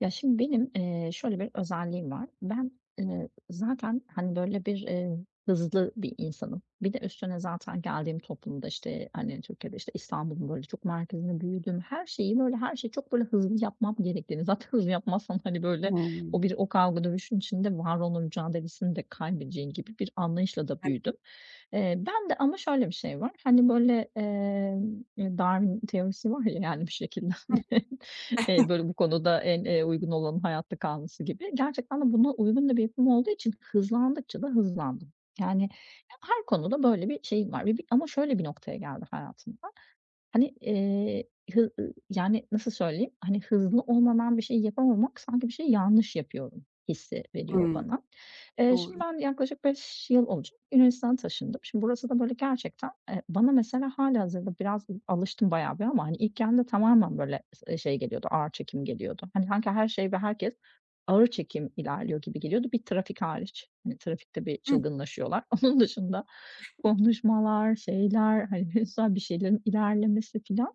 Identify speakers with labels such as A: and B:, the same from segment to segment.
A: Ya, şimdi benim, şöyle bir özelliğim var. Ben, zaten, hani, böyle, bir, hızlı bir insanım. Bir de üstüne zaten geldiğim toplumda, işte, hani, Türkiye'de, işte, İstanbul'un, böyle, çok merkezinde büyüdüm. Her şeyi, böyle, her şeyi çok, böyle, hızlı yapmam gerektiğini, zaten hızlı yapmazsan, hani, böyle, o bir
B: Hımm.
A: o kavga dövüşün içinde var olma mücadelesini de kaybedeceğin gibi bir anlayışla da
B: Evet.
A: büyüdüm. Ben de ama şöyle bir şey var, hani, böyle, Darwin teorisi var ya, yani, bir şekilde, Böyle, bu konuda en, uygun olanın hayatta kalması gibi. Gerçekten de buna uygun da bir yapım olduğu için hızlandıkça da hızlandım. Yani, her konuda böyle bir şeyim var ve bir ama şöyle bir noktaya geldi hayatımda. Hani, hı ı yani, nasıl söyleyeyim? Hani, hızlı olmadan bir şey yapamamak sanki bir şey yanlış yapıyorum hissi
B: Hı
A: veriyor
B: hı.
A: bana. Şimdi
B: Doğru.
A: ben yaklaşık 5 yıl olacak Yunanistan'a taşındım. Şimdi burası da böyle gerçekten, bana mesela hâlihazırda biraz alıştım bayağı bir ama, hani, ilk geldiğimde tamamen böyle şey geliyordu, ağır çekim geliyordu. Hani, sanki her şey ve herkes ağır çekim ilerliyor gibi geliyordu. Bir trafik hariç. Hani, trafikte bir
B: Hı.
A: çılgınlaşıyorlar. Onun dışında konuşmalar, şeyler, hani, mesela bir şeylerin ilerlemesi filan.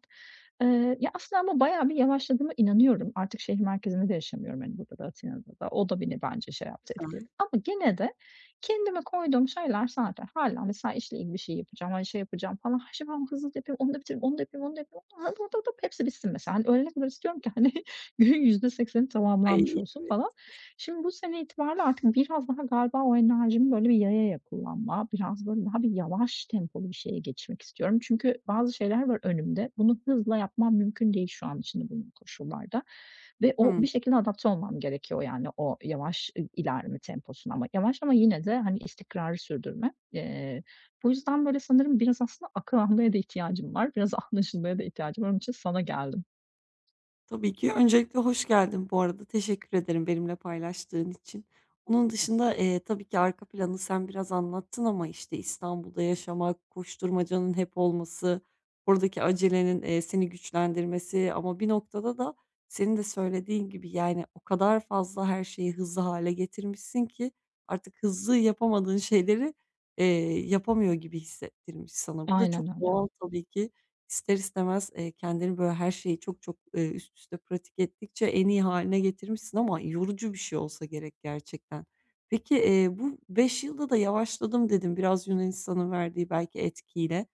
A: Ya, aslında ama bayağı bir yavaşladığıma inanıyorum. Artık şehir merkezinde de yaşamıyorum, hani, burada da, Atina'da da. O da beni bence şey yaptı, etkiledi.
B: Güzel.
A: Ama gene de kendime koyduğum şeyler zaten hâlâ mesela işle ilgili bir şey yapacağım, hani, şey yapacağım falan. "Ha, şimdi ben hızlı yapayım, onu da bitireyim, onu da yapayım, onu da yapayım. Hadi, hepsi bitsin." mesela. Hani, öğlene kadar istiyorum ki, hani, günün %80'i tamamlanmış
B: Ay,
A: olsun
B: evet.
A: falan. Şimdi bu sene itibariyle artık biraz daha galiba o enerjimi böyle bir yaya ya kullanma, biraz böyle daha bir yavaş tempolu bir şeye geçirmek istiyorum. Çünkü bazı şeyler var önümde. Bunu hızla yapmam mümkün değil şu an içinde bulunduğum koşullarda ve o
B: Hı.
A: bir şekilde adapte olmam gerekiyor yani o yavaş ilerleme temposuna ama yavaş ama yine de, hani, istikrarı sürdürme. Bu yüzden böyle sanırım biraz aslında akıl almaya da ihtiyacım var. Biraz anlaşılmaya da ihtiyacım var. Onun için sana geldim.
B: Tabii ki. Öncelikle hoş geldin bu arada. Teşekkür ederim benimle paylaştığın için. Onun dışında, tabii ki arka planı sen biraz anlattın ama, işte, İstanbul'da yaşamak, koşturmacanın hep olması, oradaki acelenin, seni güçlendirmesi ama bir noktada da senin de söylediğin gibi, yani, o kadar fazla her şeyi hızlı hale getirmişsin ki artık hızlı yapamadığın şeyleri, yapamıyor gibi hissettirmiş sana. Bu da çok
A: Aynen öyle.
B: doğal tabii ki. İster istemez, kendini böyle her şeyi çok çok, üst üste pratik ettikçe en iyi haline getirmişsin ama yorucu bir şey olsa gerek gerçekten. Peki, bu 5 yılda da yavaşladım dedim biraz Yunanistan'ın verdiği belki etkiyle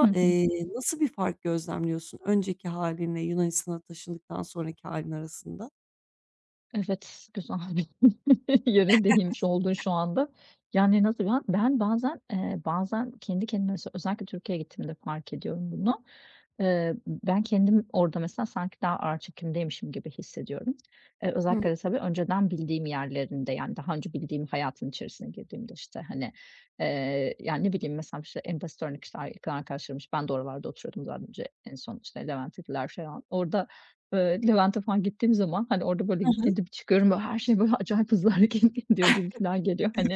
A: Hı hı.
B: nasıl bir fark gözlemliyorsun önceki hâlinle Yunanistan'a taşındıktan sonraki halin arasında?
A: Evet, güzel bir yere değinmiş oldun şu anda. Yani, nasıl ben bazen, bazen kendi kendime mesela özellikle Türkiye'ye gittiğimde fark ediyorum bunu. Ben kendim orada mesela sanki daha ağır çekimdeymişim gibi hissediyorum. Eee,
B: Hı.
A: özellikle de tabii önceden bildiğim yerlerinde, yani, daha önce bildiğim hayatın içerisine girdiğimde, işte, hani, yani, ne bileyim, mesela, işte, en basit örnek, işte, yakın arkadaşlarım, işte, ben de oralarda oturuyordum zaten önce en son, işte, Levent'teydiler falan. Orada. Levent'e falan gittiğim zaman, hani, orada böyle
B: Hı hı.
A: gittiğimde bir çıkıyorum, böyle, her şey böyle acayip hızlı hareket ediyor gibi filan geliyor. Hani,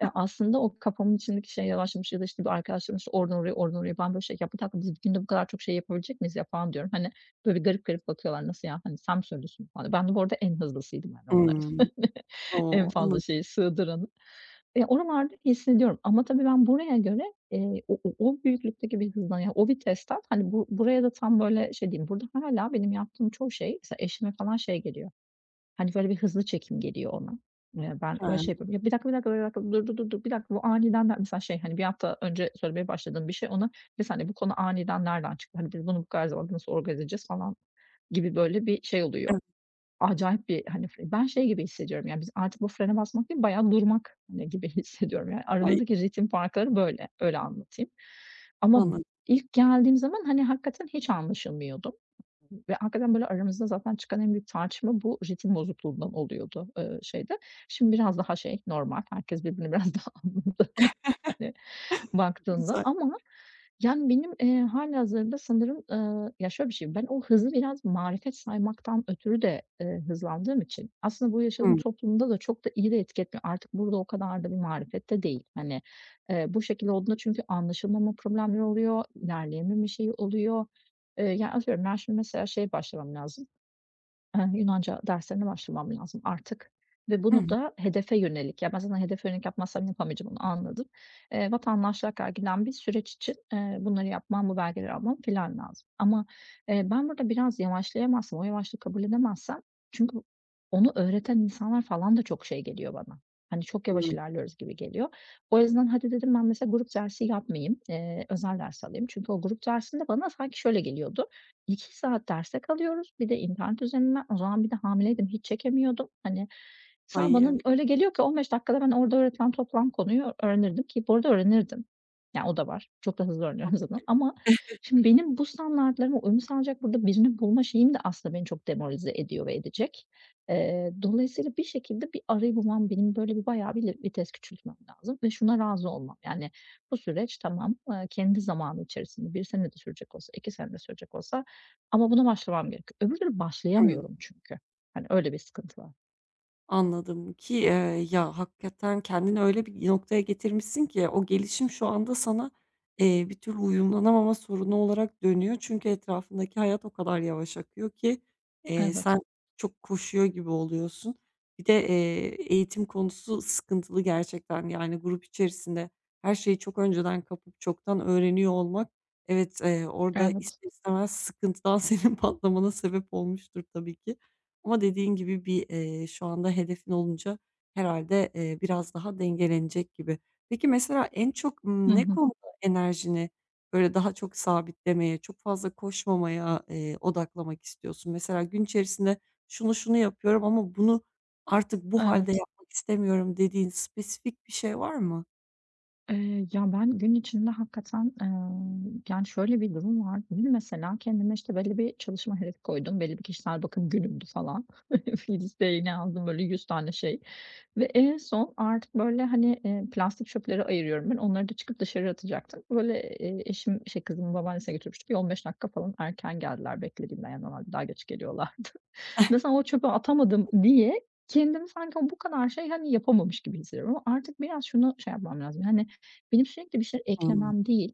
A: aslında o kafamın içindeki şey yavaşlamış ya da, işte, bir arkadaşlarım, işte, oradan oraya, oradan oraya. Ben böyle şey, "Ya, bir dakika, biz bir günde bu kadar çok şey yapabilecek miyiz ya?" falan diyorum. Hani, böyle bir garip garip bakıyorlar, "Nasıl ya? Hani, sen mi söylüyorsun?" falan. Ben de bu arada en hızlısıydım, yani, onların.
B: Hımm.
A: En
B: O!
A: fazla
B: Anladım.
A: şeyi sığdıranı. Oralarda hissediyorum ama tabii ben buraya göre, o büyüklükteki bir hızdan, yani, o vitesten, hani, bu buraya da tam böyle şey diyeyim, burada hâlâ benim yaptığım çoğu şey, mesela eşime falan şey geliyor, hani, böyle bir hızlı çekim geliyor ona. Ben böyle şey
B: He.
A: yapıyorum, "Ya, bir dakika, bir dakika, bir dakika, dur, dur, dur, dur, bir dakika, bu aniden" der. Mesela şey, hani, bir hafta önce söylemeye başladığım bir şey ona, "Bir saniye, bu konu aniden nereden çıktı? Hani, biz bunu bu kadar zamanda nasıl organize edeceğiz?" falan gibi böyle bir şey oluyor.
B: Evet.
A: Acayip bir, hani, ben şey gibi hissediyorum, yani, biz artık bu frene basmak değil, bayağı durmak, hani, gibi hissediyorum. Yani,
B: Ay,
A: aramızdaki ritim farkları böyle, öyle anlatayım. Ama
B: anladım.
A: ilk geldiğim zaman, hani, hakikaten hiç anlaşılmıyordum ve hakikaten, böyle, aramızda zaten çıkan en büyük tartışma bu ritim bozukluğundan oluyordu, şeyde. Şimdi biraz daha şey, normal, herkes birbirini biraz daha anladı, hani baktığında
B: Güzel.
A: ama yani benim, hâlihazırda sanırım, ya, şöyle bir şey, ben o hızı biraz marifet saymaktan ötürü de, hızlandığım için aslında bu yaşadığım
B: Hımm.
A: toplumda da çok da iyi de etki etmiyor. Artık burada o kadar da bir marifette değil. Hani, bu şekilde olduğunda çünkü anlaşılmama problemleri oluyor, ilerleyememe şeyi oluyor. Ya, atıyorum ben şimdi mesela şey başlamam lazım. Yunanca derslerine başlamam lazım artık ve
B: Hı
A: bunu
B: hı.
A: da hedefe yönelik, ya, ben zaten hedefe yönelik yapmazsam yapamayacağım, onu anladım. Vatandaşlığa kadar giden bir süreç için, bunları yapmam, bu belgeleri almam filan lazım. Ama, ben burada biraz yavaşlayamazsam, o yavaşlığı kabul edemezsem çünkü onu öğreten insanlar falan da çok şey geliyor bana. Hani, çok yavaş
B: Hımm.
A: ilerliyoruz gibi geliyor. O yüzden hadi dedim ben mesela grup dersi yapmayayım, özel ders alayım. Çünkü o grup dersinde bana sanki şöyle geliyordu: 2 saat derste kalıyoruz. Bir de internet üzerinden. O zaman bir de hamileydim, hiç çekemiyordum. Hani,
B: Ay,
A: bana
B: evet.
A: öyle geliyor ki 15 dakikada ben orada öğretilen toplam konuyu öğrenirdim ki bu arada öğrenirdim. Yani o da var. Çok da hızlı öğreniyorum zaten ama şimdi benim bu standartlarıma uyum sağlayacak burada birini bulma şeyim de aslında beni çok demoralize ediyor ve edecek. Dolayısıyla bir şekilde bir arayı bulmam, benim böyle bir bayağı bir vites küçültmem lazım ve şuna razı olmam. Yani bu süreç tamam, kendi zamanı içerisinde bir sene de sürecek olsa, 2 sene de sürecek olsa ama buna başlamam gerekiyor. Öbür türlü başlayamıyorum çünkü. Hani, öyle bir sıkıntı var.
B: Anladım ki, ya, hakikaten kendini öyle bir noktaya getirmişsin ki o gelişim şu anda sana, bir türlü uyumlanamama sorunu olarak dönüyor. Çünkü etrafındaki hayat o kadar yavaş akıyor ki, sen
A: Evet,
B: çok koşuyor gibi oluyorsun. Bir de, eğitim konusu sıkıntılı gerçekten. Yani grup içerisinde her şeyi çok önceden kapıp çoktan öğreniyor olmak, evet, orada
A: evet.
B: ister istemez sıkıntıdan senin patlamana sebep olmuştur tabii ki. Ama dediğin gibi bir, şu anda hedefin olunca herhalde biraz daha dengelenecek gibi. Peki, mesela en çok,
A: Hı
B: ne
A: hı.
B: konuda enerjini böyle daha çok sabitlemeye, çok fazla koşmamaya, odaklamak istiyorsun? Mesela gün içerisinde şunu şunu yapıyorum ama bunu artık bu halde
A: Evet.
B: yapmak istemiyorum dediğin spesifik bir şey var mı?
A: Ya, ben gün içinde hakikaten, yani, şöyle bir durum var. Dün mesela kendime, işte, belli bir çalışma hedefi koydum. Belli bir kişisel bakım günümdü falan. Listeye yine aldım böyle 100 tane şey ve en son artık böyle, hani, plastik çöpleri ayırıyorum ben. Onları da çıkıp dışarı atacaktım. Böyle, eşim, şey, kızımı babaannesine götürmüştük. Bir 15 dakika falan erken geldiler beklediğimden. Yani, normalde daha geç geliyorlardı. Mesela o çöpe atamadım diye kendimi sanki o bu kadar şey, hani, yapamamış gibi hissediyorum ama artık biraz şunu şey yapmam lazım. Hani, benim sürekli bir şey
B: Hımm.
A: eklemem değil,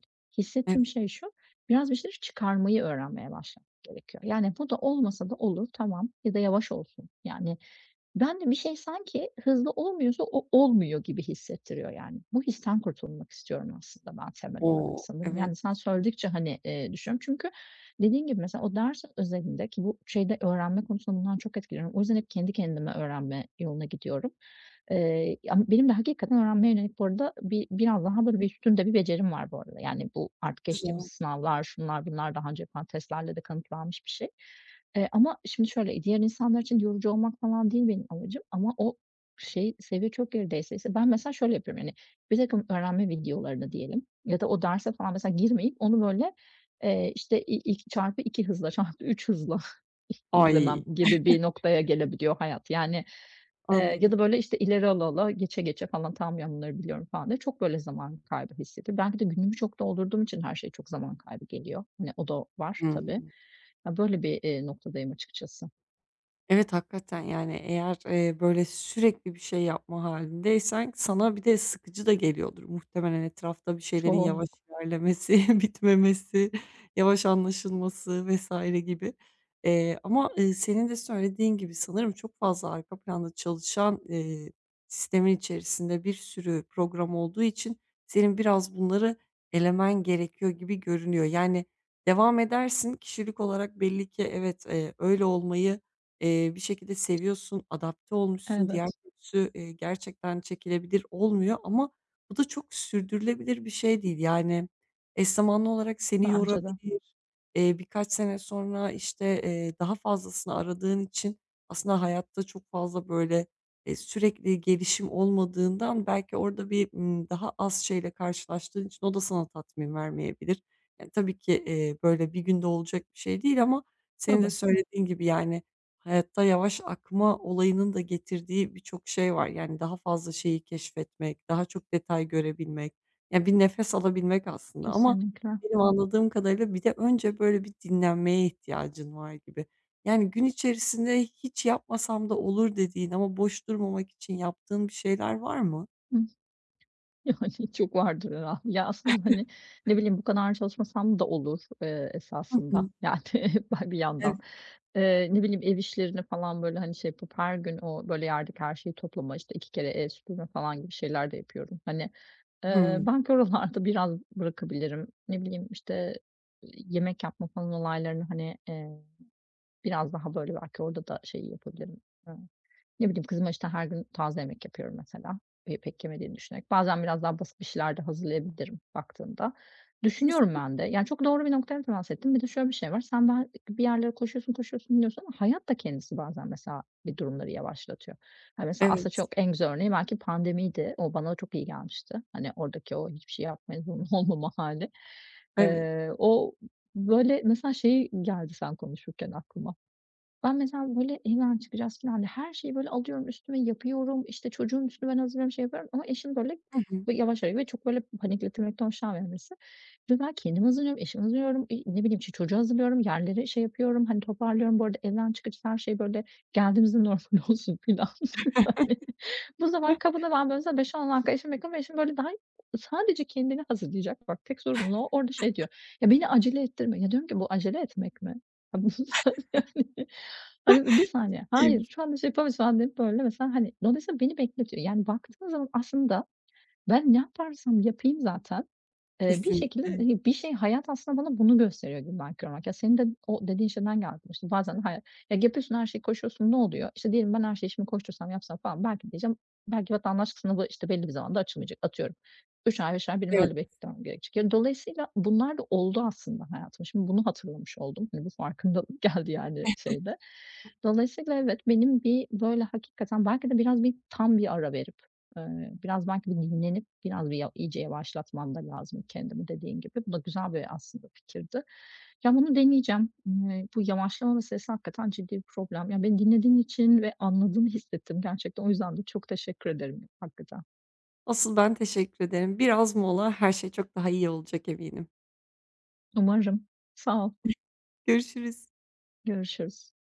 B: Evet.
A: hissettiğim şey şu, biraz bir şeyleri çıkarmayı öğrenmeye başlamak gerekiyor. Yani, bu da olmasa da olur, tamam ya da yavaş olsun. Yani, ben de bir şey sanki hızlı olmuyorsa o olmuyor gibi hissettiriyor yani. Bu histen kurtulmak istiyorum aslında ben temel olarak
B: O!
A: sanırım.
B: Evet,
A: Yani sen söyledikçe, hani, düşünüyorum çünkü dediğin gibi mesela o ders özelinde ki bu şeyde öğrenme konusunda bundan çok etkileniyorum. O yüzden hep kendi kendime öğrenme yoluna gidiyorum. Ama benim de hakikaten öğrenmeye yönelik bu arada bir biraz daha böyle bir üstünde bir becerim var bu arada. Yani bu artık geçtiğimiz
B: güzel.
A: sınavlar, şunlar bunlar daha önce yapılan testlerle de kanıtlanmış bir şey. Ama şimdi şöyle, diğer insanlar için yorucu olmak falan değil benim amacım ama o şey, seviye çok gerideyse ise ben mesela şöyle yapıyorum, yani, birtakım öğrenme videolarını diyelim ya da o derse falan mesela girmeyip onu böyle, işte, ilk çarpı 2 hızla, çarpı 3 hızla
B: Ay,
A: izlemem gibi bir noktaya gelebiliyor hayat. Yani Eee,
B: anladım.
A: ya da böyle, işte, ileri ala ala, geçe geçe falan, "Tamam ya, bunları biliyorum." falan diye çok böyle zaman kaybı hissediyorum. Belki de günümü çok doldurduğum için her şey çok zaman kaybı geliyor. Hani, o da var
B: Hıı.
A: tabii. Ya, böyle bir, noktadayım açıkçası.
B: Evet, hakikaten, yani, eğer, böyle, sürekli bir şey yapma halindeysen sana bir de sıkıcı da geliyordur muhtemelen etrafta bir şeylerin
A: Çok,
B: yavaş ilerlemesi, bitmemesi, yavaş anlaşılması vesaire gibi. Ama, senin de söylediğin gibi sanırım çok fazla arka planda çalışan, sistemin içerisinde bir sürü program olduğu için senin biraz bunları elemen gerekiyor gibi görünüyor. Yani, devam edersin, kişilik olarak belli ki evet, öyle olmayı bir şekilde seviyorsun, adapte olmuşsun. Diğer
A: evet.
B: türlüsü, gerçekten çekilebilir olmuyor ama bu da çok sürdürülebilir bir şey değil. Yani, eş zamanlı olarak seni
A: Bence de.
B: yorabilir. Birkaç sene sonra, işte, daha fazlasını aradığın için aslında hayatta çok fazla, böyle, sürekli gelişim olmadığından belki orada bir, daha az şeyle karşılaştığın için o da sana tatmin vermeyebilir. Yani, tabii ki, böyle bir günde olacak bir şey değil ama senin de
A: Tabii,
B: söylediğin gibi, yani, hayatta yavaş akma olayının da getirdiği birçok şey var. Yani daha fazla şeyi keşfetmek, daha çok detay görebilmek, yani bir nefes alabilmek aslında ama
A: kesinlikle.
B: benim anladığım kadarıyla bir de önce böyle bir dinlenmeye ihtiyacın var gibi. Yani gün içerisinde hiç yapmasam da olur dediğin ama boş durmamak için yaptığın bir şeyler var mı?
A: Hı. Yani, çok vardır herhâlde. Ya, aslında, hani, ne bileyim, bu kadar çalışmasam da olur,
B: Hı
A: esasında.
B: hı.
A: Yani, bir
B: Evet.
A: yandan. Ne bileyim, ev işlerini falan, böyle, hani, şey yapıp her gün o, böyle, yerdeki her şeyi toplama, işte, 2 kere ev süpürme falan gibi şeyler de yapıyorum. Hani,
B: Hımm.
A: belki oralarda biraz bırakabilirim. Ne bileyim, işte, yemek yapma falan olaylarını, hani, biraz daha, böyle, belki orada da şey yapabilirim. Ne bileyim, kızıma, işte, her gün taze yemek yapıyorum mesela, pek yemediğini düşünerek. Bazen biraz daha basit bir şeyler de hazırlayabilirim baktığında.
B: Kesin.
A: Düşünüyorum ben de. Yani, çok doğru bir noktaya temas ettin. Bir de şöyle bir şey var. Sen ben bir yerlere koşuyorsun, koşuyorsun, gidiyorsun ama hayat da kendisi bazen mesela bir durumları yavaşlatıyor. Ya, mesela aslında
B: Evet,
A: çok en güzel örneği belki pandemiydi. O bana çok iyi gelmişti. Hani, oradaki o hiçbir şey yapmaya zorunlu olmama hali.
B: evet.
A: O böyle, mesela şey geldi sen konuşurken aklıma. Ben mesela böyle evden çıkacağız filan diye her şeyi böyle alıyorum üstüme yapıyorum, işte, çocuğun üstünü ben hazırlıyorum, şey yapıyorum ama eşim böyle
B: Hı hı.
A: yavaş hareket ve çok böyle panikletilmekten hoşlanmayan birisi. Ve ben kendim hazırlıyorum, eşim hazırlıyorum, ne bileyim, işte, çocuğu hazırlıyorum, yerleri şey yapıyorum, hani, toparlıyorum. Bu arada evden çıkacağız her şey böyle geldiğimizde normal olsun filan. Bu
B: Hah,
A: zaman kabına ben böyle mesela 5-10 dakika eşime yakın ve eşim böyle daha sadece kendini hazırlayacak. Bak tek sorumluluğu o. Orada şey diyor, "Ya, beni acele ettirme." Ya, diyorum ki, "Bu acele etmek mi?" Ya, bunu sen yani, hani, bir saniye, hayır
B: iyiymiş.
A: şu anda şey yapamayız." falan deyip böyle mesela, hani, dolayısıyla beni bekletiyor. Yani baktığın zaman aslında ben ne yaparsam yapayım zaten bir şekilde,
B: Kesinlikle.
A: hani, bir şey hayat aslında bana bunu gösteriyor günden kırmak. Ya, senin de o dediğin şeyden geldim. İşte, bazen ya, yapıyorsun her şeye koşuyorsun, ne oluyor? İşte, diyelim ben her şeyi şimdi koştursam, yapsam falan belki diyeceğim, belki vatandaşlık sınavı, işte, belli bir zamanda açılmayacak. Atıyorum 3 ay, 5 ay benim
B: Evet.
A: öyle beklemem gerekecek. Ya, dolayısıyla bunlar da oldu aslında hayatıma. Şimdi bunu hatırlamış oldum. Hani, bu farkındalık geldi, yani, şeyde. Dolayısıyla evet, benim bir böyle hakikaten belki de biraz bir tam bir ara verip biraz belki bir dinlenip biraz bir ya iyice yavaşlatmam da lazım kendimi dediğin gibi. Bu da güzel bir aslında fikirdi. Ya, bunu deneyeceğim. Bu yavaşlama meselesi hakikaten ciddi bir problem. Ya, beni dinlediğin için ve anladığını hissettim gerçekten. O yüzden de çok teşekkür ederim hakikaten.
B: Asıl ben teşekkür ederim. Biraz mola, her şey çok daha iyi olacak eminim.
A: Umarım. Sağ ol.
B: Görüşürüz.
A: Görüşürüz.